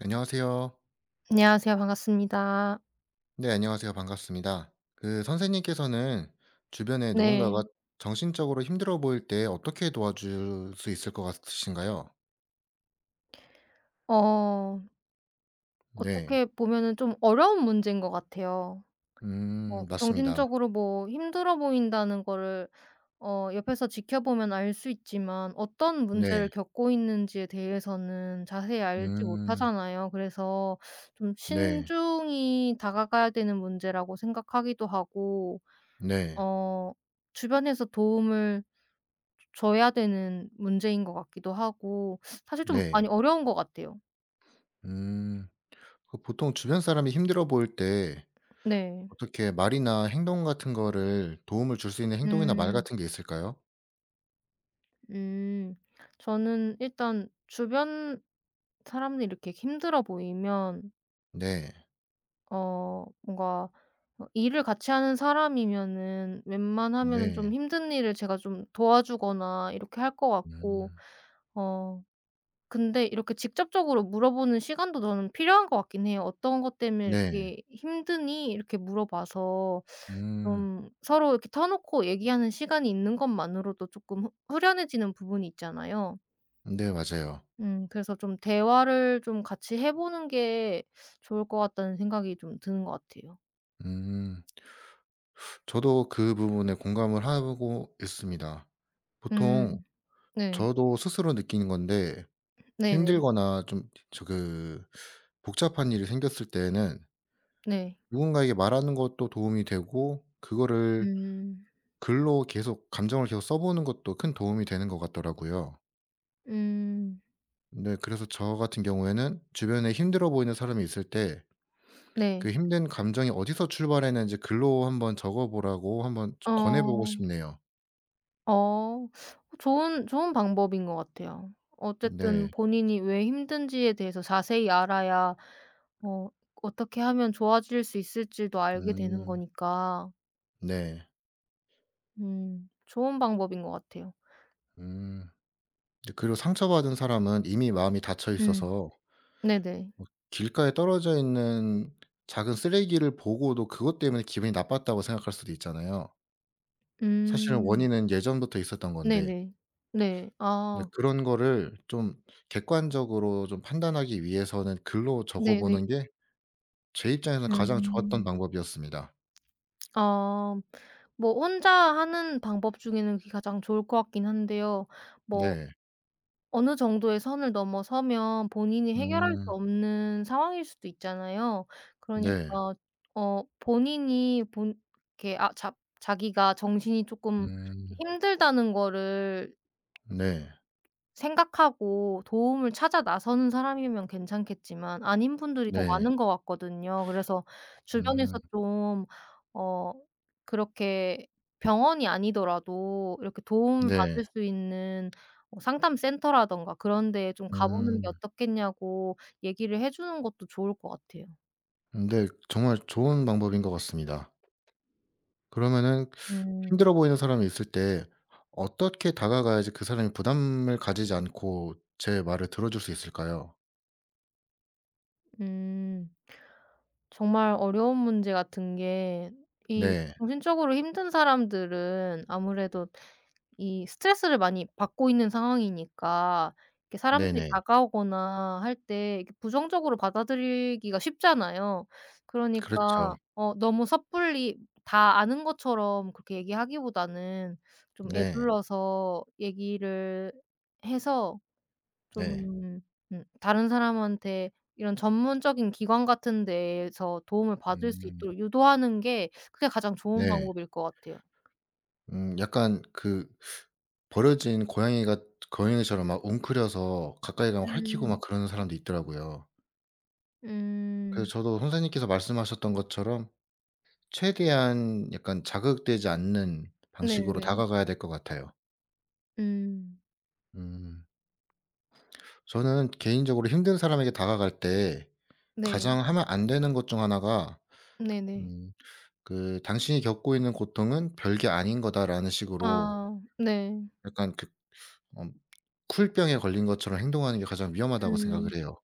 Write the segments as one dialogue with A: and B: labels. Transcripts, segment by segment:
A: 안녕하세요.
B: 안녕하세요. 반갑습니다.
A: 네, 안녕하세요. 반갑습니다. 그 선생님께서는 주변에
B: 네.
A: 누군가가 정신적으로 힘들어 보일 때 어떻게 도와줄 수 있을 것 같으신가요?
B: 어
A: 네.
B: 어떻게 보면은 좀 어려운 문제인 것 같아요.
A: 음, 맞습니다.
B: 정신적으로 뭐 힘들어 보인다는 거를 옆에서 지켜보면 알 수 있지만 어떤 문제를
A: 네.
B: 겪고 있는지에 대해서는 자세히 알지
A: 음.
B: 못하잖아요. 그래서 좀
A: 네.
B: 신중히 다가가야 되는 문제라고 생각하기도 하고
A: 네.
B: 어 주변에서 도움을 줘야 되는 문제인 것 같기도 하고 사실 좀
A: 네.
B: 많이 어려운 것 같아요.
A: 음. 그 보통 주변 사람이 힘들어 보일 때
B: 네.
A: 어떻게 말이나 행동 같은 거를, 도움을 줄 수 있는 행동이나 말
B: 음.
A: 같은 게 있을까요?
B: 음. 저는 일단 주변 사람들이 이렇게 힘들어 보이면
A: 네.
B: 뭔가 일을 같이 하는 사람이면은 웬만하면은 좀
A: 네.
B: 힘든 일을 제가 좀 도와주거나 이렇게 할 것 같고
A: 음.
B: 어 근데 이렇게 직접적으로 물어보는 시간도 저는 필요한 것 같긴 해요. "어떤 것 때문에
A: 네.
B: 이렇게 힘드니?" 이렇게 물어봐서
A: 음.
B: 좀 서로 이렇게 터놓고 얘기하는 시간이 있는 것만으로도 쪼끔 후 후련해지는 부분이 있잖아요.
A: 네, 맞아요.
B: 그래서 좀 대화를 좀 같이 해 보는 게 좋을 것 같다는 생각이 좀 드는 것 같아요.
A: 음. 저도 그 부분에 공감을 하고 있습니다. 보통
B: 음 네.
A: 저도 스스로 느끼는 건데,
B: 네네.
A: 힘들거나 좀 복잡한 일이 생겼을 때에는
B: 네.
A: 누군가에게 말하는 것도 도움이 되고, 그거를
B: 음.
A: 글로, 계속 감정을 계속 써 보는 것도 큰 도움이 되는 것 같더라고요.
B: 음.
A: 네, 그래서 저 같은 경우에는 주변에 힘들어 보이는 사람이 있을 때, 그
B: 네.
A: 힘든 감정이 어디서 출발했는지 글로 한번 적어 보라고 한번 권해 보고
B: 어.
A: 싶네요.
B: 어. 좋은 방법인 것 같아요. 어쨌든
A: 네.
B: 본인이 왜 힘든지에 대해서 자세히 알아야 어 어떻게 하면 좋아질 수 있을지도 알게 되는
A: 음.
B: 거니까
A: 네.
B: 좋은 방법인 것 같아요.
A: 음. 이제 그리고 상처받은 사람은 이미 마음이 닫혀
B: 음.
A: 있어서
B: 네네.
A: 뭐 길가에 떨어져 있는 작은 쓰레기를 보고도 그것 때문에 기분이 나빴다고 생각할 수도 있잖아요. 사실은
B: 음.
A: 원인은 예전부터 있었던 건데,
B: 네네. 네.
A: 이제
B: 아.
A: 그런 거를 좀 객관적으로 좀 판단하기 위해서는 글로 적어
B: 네네.
A: 보는 게 제 입장에서는 가장 좋았던
B: 음.
A: 방법이었습니다.
B: 아. 뭐 혼자 하는 방법 중에는 그게 가장 좋을 것 같긴 한데요. 뭐
A: 네.
B: 어느 정도의 선을 넘어서면 본인이 해결할 수
A: 음.
B: 없는 상황일 수도 있잖아요.
A: 네.
B: 그러니까 어 본인이 본 이렇게 아 자 자기가 정신이 쪼끔
A: 음.
B: 힘들다는 거를
A: 네.
B: 생각하고 도움을 찾아 나서는 사람이면 괜찮겠지만 아닌 분들이 더
A: 네.
B: 많은 것 같거든요. 그래서 주변에서
A: 음.
B: 좀 어 그렇게 병원이 아니더라도 이렇게 도움을
A: 네.
B: 받을 수 있는 상담 센터라든가 그런 데에 좀 가 보는 게
A: 음.
B: 어떻겠냐고 얘기를 해 주는 것도 좋을 것 같아요.
A: 네, 정말 좋은 방법인 것 같습니다. 그러면은
B: 음.
A: 힘들어 보이는 사람이 있을 때 어떻게 다가가야지 그 사람이 부담을 가지지 않고 제 말을 들어줄 수 있을까요?
B: 음. 정말 어려운 문제 같은 게 이
A: 네.
B: 정신적으로 힘든 사람들은 아무래도 이 스트레스를 많이 받고 있는 상황이니까 이렇게 사람들이
A: 네네.
B: 다가오거나 할 때 이렇게 부정적으로 받아들이기가 쉽잖아요. 그러니까
A: 그렇죠.
B: 너무 섣불리 다 아는 것처럼 그렇게 얘기하기보다는 좀
A: 네.
B: 에둘러서 얘기를 해서
A: 네.
B: 좀 다른 사람한테 이런 전문적인 기관 같은 데에서 도움을 받을 수
A: 음.
B: 있도록 유도하는 게 그게 가장 좋은
A: 네.
B: 방법일 것 같아요.
A: 약간 그 버려진 고양이가, 고양이처럼 막 웅크려서 가까이 가면 할퀴고 막
B: 음.
A: 그러는 사람도 있더라고요.
B: 음.
A: 그래서 저도 선생님께서 말씀하셨던 것처럼 최대한 약간 자극되지 않는 방식으로
B: 네네.
A: 다가가야 될 것 같아요.
B: 음.
A: 음. 저는 개인적으로 힘든 사람에게 다가갈 때
B: 네.
A: 가장 하면 안 되는 것 중 하나가,
B: 네네.
A: 음 그 "당신이 겪고 있는 고통은 별게 아닌 거다."라는 식으로
B: 아 네.
A: 약간 어 쿨병에 걸린 것처럼 행동하는 게 가장 위험하다고
B: 음.
A: 생각을 해요.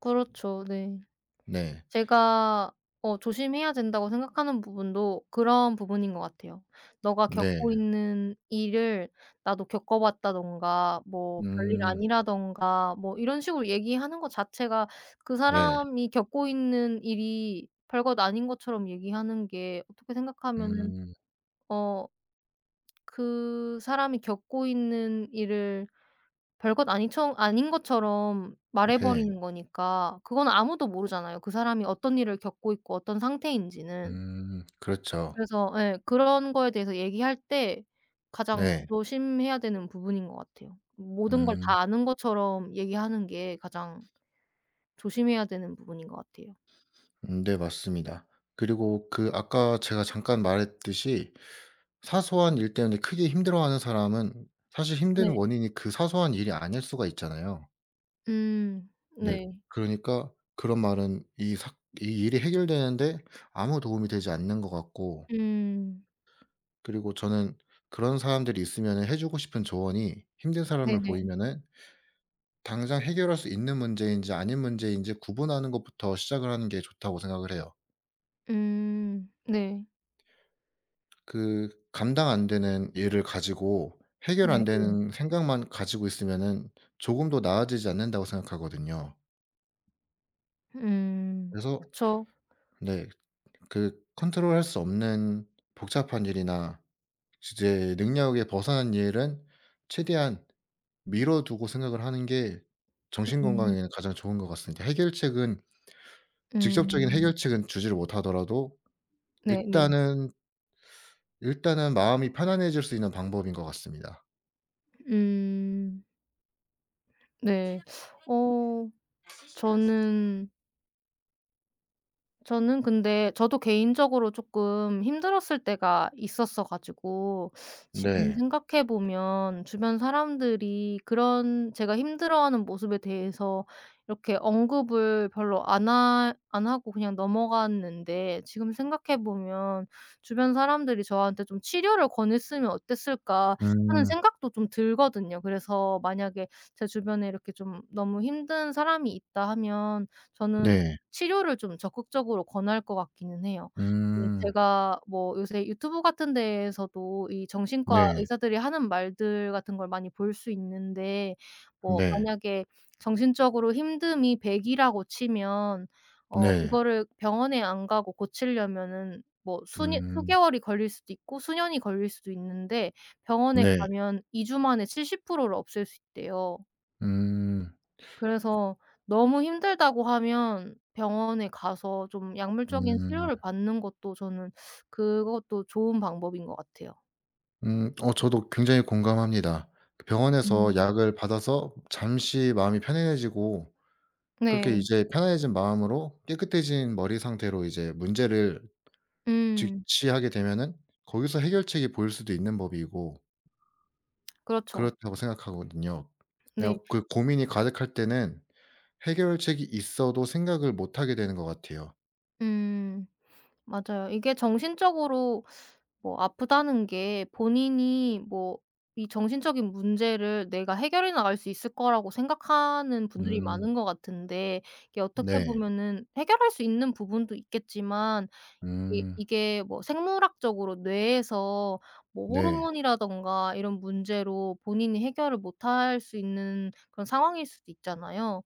B: 그렇죠. 네.
A: 네.
B: 제가 조심해야 된다고 생각하는 부분도 그런 부분인 것 같아요. 너가 겪고
A: 네.
B: 있는 일을 나도 겪어 봤다든가 뭐 별일
A: 음.
B: 아니라든가 뭐 이런 식으로 얘기하는 것 자체가 그
A: 네.
B: 사람이 겪고 있는 일이 별것 아닌 것처럼 얘기하는 게 어떻게 생각하면은
A: 음.
B: 어 그 사람이 겪고 있는 일을 별것 아니처 아닌 것처럼 말해
A: 네.
B: 버리는 거니까 그건 아무도 모르잖아요. 그 사람이 어떤 일을 겪고 있고 어떤 상태인지는.
A: 음. 그렇죠.
B: 그래서 예 그런 거에 대해서 얘기할 때 가장
A: 네.
B: 조심해야 되는 부분인 것 같아요. 모든 걸
A: 음.
B: 다 아는 것처럼 얘기하는 게 가장 조심해야 되는 부분인 것 같아요.
A: 네, 맞습니다. 그리고 그 아까 제가 잠깐 말했듯이 사소한 일 때문에 크게 힘들어하는 사람은 사실 힘든
B: 네.
A: 원인이 그 사소한 일이 아닐 수가 있잖아요.
B: 음.
A: 네.
B: 네.
A: 그러니까 그런 말은 이 일이 해결되는데 아무 도움이 되지 않는 것 같고,
B: 음.
A: 그리고 저는 그런 사람들이 있으면은 해 주고 싶은 조언이, 힘든 사람을
B: 네네.
A: 보이면은 당장 해결할 수 있는 문제인지 아닌 문제인지 구분하는 것부터 시작을 하는 게 좋다고 생각을 해요.
B: 음. 네.
A: 그 감당 안 되는 일을 가지고 해결
B: 네.
A: 안
B: 네.
A: 되는 생각만 가지고 있으면은 조금도 나아지지 않는다고 생각하거든요.
B: 음.
A: 그래서
B: 그쵸.
A: 네. 그 컨트롤할 수 없는 복잡한 일이나 제 능력에 벗어난 일은 최대한 미뤄 두고 생각을 하는 게 정신
B: 음.
A: 건강에는 가장 좋은 것 같습니다. 해결책은, 직접적인
B: 음.
A: 해결책은 주지를 못하더라도
B: 네네.
A: 일단은, 일단은 마음이 편안해질 수 있는 방법인 것 같습니다.
B: 음. 네. 어 저는 저는 근데 저도 개인적으로 조금 힘들었을 때가 있었어 가지고 지금
A: 네.
B: 생각해 보면 주변 사람들이 그런 제가 힘들어하는 모습에 대해서 이렇게 언급을 별로 안 하고 그냥 넘어갔는데 지금 생각해 보면 '주변 사람들이 저한테 좀 치료를 권했으면 어땠을까.' 하는
A: 음.
B: 생각도 좀 들거든요. 그래서 만약에 제 주변에 이렇게 좀 너무 힘든 사람이 있다 하면 저는
A: 네.
B: 치료를 좀 적극적으로 권할 것 같기는 해요. 이
A: 음.
B: 제가 뭐 요새 유튜브 같은 데에서도 이 정신과
A: 네.
B: 의사들이 하는 말들 같은 걸 많이 볼 수 있는데 뭐
A: 네.
B: 만약에 정신적으로 힘듦이 100 이라고 치면
A: 네.
B: 이거를 병원에 안 가고 고치려면은 뭐 수년
A: 음.
B: 수개월이 걸릴 수도 있고 수년이 걸릴 수도 있는데 병원에
A: 네.
B: 가면 2주 만에 70%를 없앨 수 있대요.
A: 음.
B: 그래서 너무 힘들다고 하면 병원에 가서 좀 약물적인
A: 음.
B: 치료를 받는 것도 저는 그것도 좋은 방법인 것 같아요.
A: 저도 굉장히 공감합니다. 그
B: 음.
A: 병원에서 약을 받아서 잠시 마음이 편안해지고, 그렇게
B: 네.
A: 이제 편안해진 마음으로 깨끗해진 머리 상태로 이제 문제를
B: 음.
A: 직시하게 되면은 거기서 해결책이 보일 수도 있는 법이고,
B: 그렇죠.
A: 그렇다고 생각하거든요.
B: 네.
A: 왜냐면 그 고민이 가득할 때는 해결책이 있어도 생각을 못 하게 되는 것 같아요.
B: 음. 맞아요. 이게 정신적으로 뭐 아프다는 게 본인이 뭐 이 정신적인 문제를 '내가 해결해 나갈 수 있을 거'라고 생각하는 분들이
A: 음.
B: 많은 것 같은데 이게 어떻게
A: 네.
B: 보면은 해결할 수 있는 부분도 있겠지만 이
A: 음.
B: 이게 뭐 생물학적으로 뇌에서 뭐
A: 네.
B: 호르몬이라든가 이런 문제로 본인이 해결을 못할 수 있는 그런 상황일 수도 있잖아요.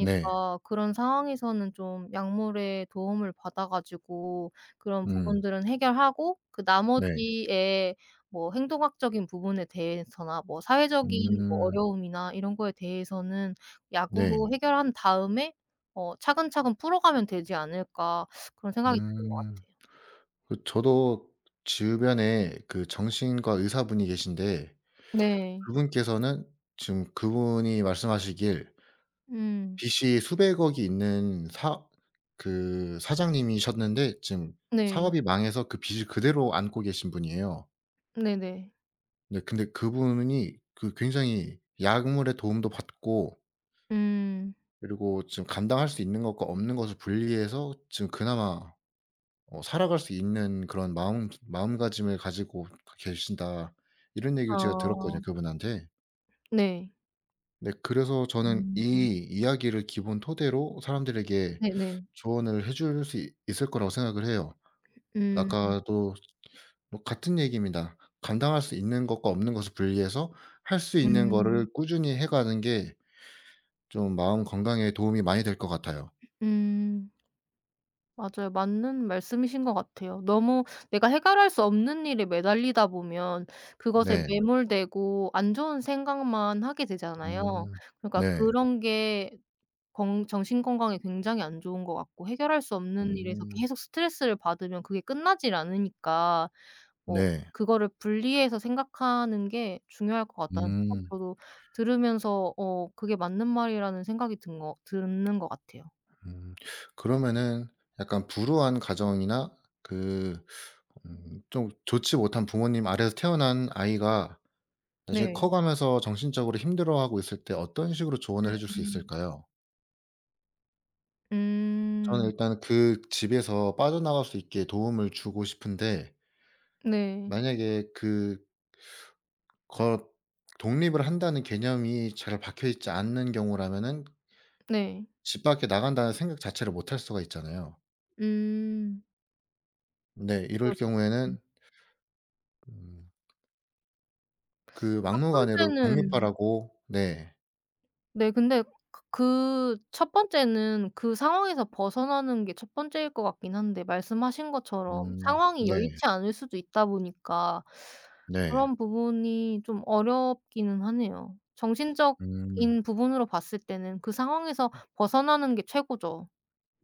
A: 네.
B: 그런 상황에서는 좀 약물의 도움을 받아 가지고 그런
A: 음.
B: 부분들은 해결하고 그
A: 네.
B: 나머지의 뭐 행동학적인 부분에 대해서나 뭐 사회적인 뭐
A: 음.
B: 어려움이나 이런 거에 대해서는 약으로
A: 네.
B: 해결한 다음에 '차근차근 풀어가면 되지 않을까.' 그런 생각이 드는 것
A: 음.
B: 같아요.
A: 저도 주변에 그 정신과 의사분이 계신데
B: 네.
A: 그분께서는, 지금 그분이 말씀하시길
B: 음.
A: 빚이 수백억이 있는 사 그 사장님이셨는데 지금
B: 네.
A: 사업이 망해서 그 빚을 그대로 안고 계신 분이에요.
B: 네네.
A: 네, 근데 그분이 그 굉장히 약물의 도움도 받고,
B: 음.
A: 그리고 지금 감당할 수 있는 것과 없는 것을 분리해서 지금 그나마 살아갈 수 있는 그런 마음가짐을 가지고 계신다. 이런 얘기를 제가
B: 아.
A: 들었거든요 그분한테.
B: 네.
A: 네, 그래서 저는
B: 음.
A: 이 이야기를 기본 토대로 사람들에게
B: 네네.
A: 조언을 해줄 수 있을 거라고 생각을 해요.
B: 음.
A: 아까도 뭐 같은 얘기입니다. 감당할 수 있는 것과 없는 것을 분리해서 할 수 있는
B: 음.
A: 거를 꾸준히 해 가는 게 좀 마음 건강에 도움이 많이 될 것 같아요.
B: 음. 맞아요. 맞는 말씀이신 것 같아요. 너무 내가 해결할 수 없는 일에 매달리다 보면 그것에
A: 네.
B: 매몰되고 안 좋은 생각만 하게 되잖아요.
A: 음.
B: 그러니까
A: 네.
B: 그런 게 건 정신 건강에 굉장히 안 좋은 것 같고 해결할 수 없는 일에서
A: 음.
B: 계속 스트레스를 받으면 그게 끝나질 않으니까 뭐
A: 네.
B: 그거를 분리해서 생각하는 게 중요할 것 같다는 생각이
A: 음.
B: 저도 들으면서 그게 맞는 말이라는 생각이 든 거 드는 것 같아요.
A: 음. 그러면은 약간 불우한 가정이나 그 좀 좋지 못한 부모님 아래에서 태어난 아이가 나중에
B: 네.
A: 커가면서 정신적으로 힘들어하고 있을 때 어떤 식으로 조언을 해줄 수
B: 음.
A: 있을까요? 저는
B: 음.
A: 일단 그 집에서 빠져나갈 수 있게 도움을 주고 싶은데,
B: 네.
A: 만약에 그 거 독립을 한다는 개념이 잘 박혀 있지 않는 경우라면은
B: 네.
A: 집 밖에 나간다는 생각 자체를 못할 수가 있잖아요.
B: 음.
A: 네. 이럴
B: 그렇죠. 음.
A: 경우에는 음. 그
B: 첫
A: 막무가내로
B: 번째는
A: 독립하라고 네.
B: 네. 근데 그 첫 번째는 그 상황에서 벗어나는 게 첫 번째일 것 같긴 한데 말씀하신 것처럼
A: 음.
B: 상황이
A: 네.
B: 여의치 않을 수도 있다 보니까
A: 네.
B: 그런 부분이 좀 어렵기는 하네요.
A: 음.
B: 정신적인 부분으로 봤을 때는 그 상황에서 벗어나는 게 최고죠.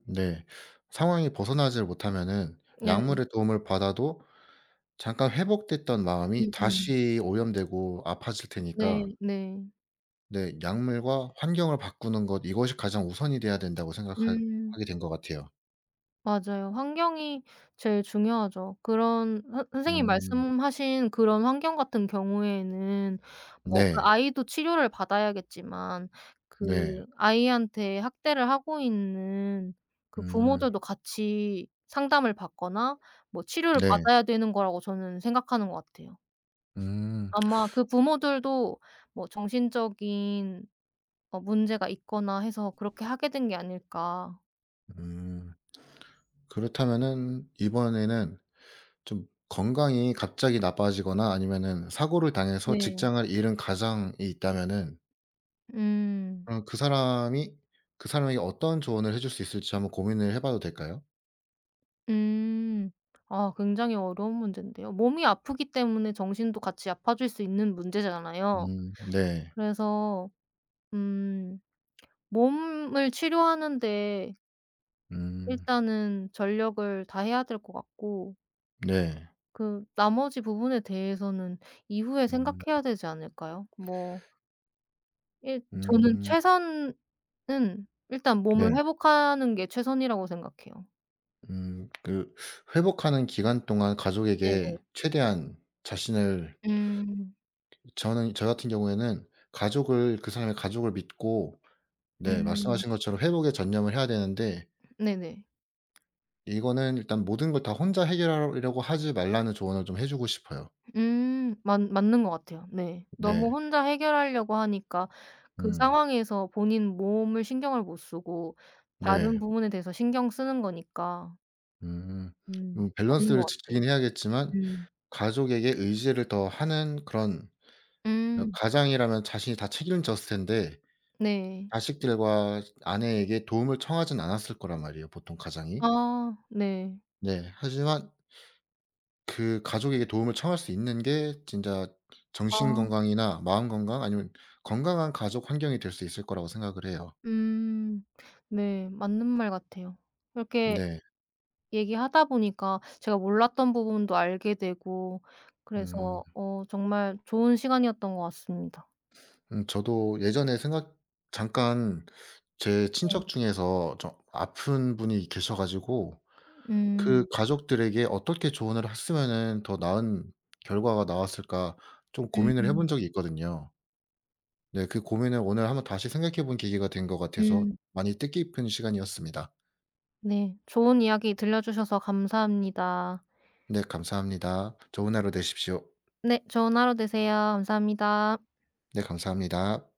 A: 네. 상황이 벗어나질 못하면은
B: 네,
A: 약물의 도움을 받아도 잠깐 회복됐던 마음이
B: 음음.
A: 다시 오염되고 아파질 테니까,
B: 네. 네.
A: 네, 약물과 환경을 바꾸는 것, 이것이 가장 우선이 돼야 된다고 생각하
B: 음.
A: 하게 된 것 같아요.
B: 맞아요. 환경이 제일 중요하죠. 그런 선 선생님
A: 음.
B: 말씀하신 그런 환경 같은 경우에는 뭐 그
A: 네.
B: 아이도 치료를 받아야겠지만
A: 네.
B: 그 아이한테 학대를 하고 있는 그
A: 음.
B: 부모들도 같이 상담을 받거나 뭐 치료를
A: 네.
B: 받아야 되는 거라고 저는 생각하는 것 같아요.
A: 음.
B: 아마 그 부모들도 뭐 정신적인 문제가 있거나 해서 그렇게 하게 된 게 아닐까.
A: 음. 그렇다면은 이번에는 좀 건강이 갑자기 나빠지거나 아니면은 사고를 당해서
B: 네.
A: 직장을 잃은 가장이 있다면은,
B: 음.
A: 그럼 그 사람이 그 사람에게 어떤 조언을 해줄 수 있을지 한번 고민을 해 봐도 될까요?
B: 음. 아 굉장히 어려운 문제인데요. 몸이 아프기 때문에 정신도 같이 아파질 수 있는 문제잖아요.
A: 네.
B: 그래서 음 몸을 치료하는데
A: 음
B: 일단은 전력을 다해야 될 것 같고
A: 네.
B: 그 나머지 부분에 대해서는 이후에
A: 음
B: 생각해야 되지 않을까요? 뭐 일 저는
A: 음
B: 최선은 일단
A: 네.
B: 몸을 회복하는 게 최선이라고 생각해요.
A: 음 그 회복하는 기간 동안 가족에게
B: 네네.
A: 최대한 자신을,
B: 음.
A: 저는 저 같은 경우에는 가족을 그 사람의 가족을 믿고, 네,
B: 음.
A: 말씀하신 것처럼 회복에 전념을 해야 되는데,
B: 네네.
A: 이거는 일단 모든 걸 다 혼자 해결하려고 하지 말라는 조언을 좀 해 주고 싶어요.
B: 음. 맞 맞는 것 같아요. 네. 너무
A: 네.
B: 혼자 해결하려고 하니까 그
A: 음.
B: 상황에서 본인 몸을 신경을 못 쓰고 다른
A: 네.
B: 부분에 대해서 신경 쓰는 거니까.
A: 음.
B: 음. 맞는
A: 밸런스를
B: 것 같아요.
A: 지키긴 해야겠지만
B: 음.
A: 가족에게 의지를 더 하는 그런,
B: 음.
A: 가장이라면 자신이 다 책임졌을 텐데
B: 네.
A: 자식들과 아내에게 도움을 청하진 않았을 거란 말이에요, 보통 가장이.
B: 아 네.
A: 네. 하지만 그 가족에게 도움을 청할 수 있는 게 진짜 정신
B: 아
A: 건강이나 마음 건강, 아니면 건강한 가족 환경이 될 수 있을 거라고 생각을 해요.
B: 음. 네. 맞는 말 같아요. 이렇게
A: 네.
B: 얘기하다 보니까 제가 몰랐던 부분도 알게 되고
A: 음.
B: 그래서 정말 좋은 시간이었던 것 같습니다.
A: 저도 예전에 생각 잠깐, 제
B: 네.
A: 친척 중에서 좀 아픈 분이 계셔 가지고 그
B: 음.
A: 가족들에게 어떻게 조언을 했으면은 더 나은 결과가 나왔을까 좀 고민을 해본
B: 음.
A: 적이 있거든요. 네, 그 고민을 오늘 한번 다시 생각해 본 계기가 된 것 같아서
B: 음.
A: 많이 뜻깊은 시간이었습니다.
B: 네. 좋은 이야기 들려주셔서 감사합니다.
A: 네, 감사합니다. 좋은 하루 되십시오.
B: 네. 좋은 하루 되세요. 감사합니다.
A: 네, 감사합니다.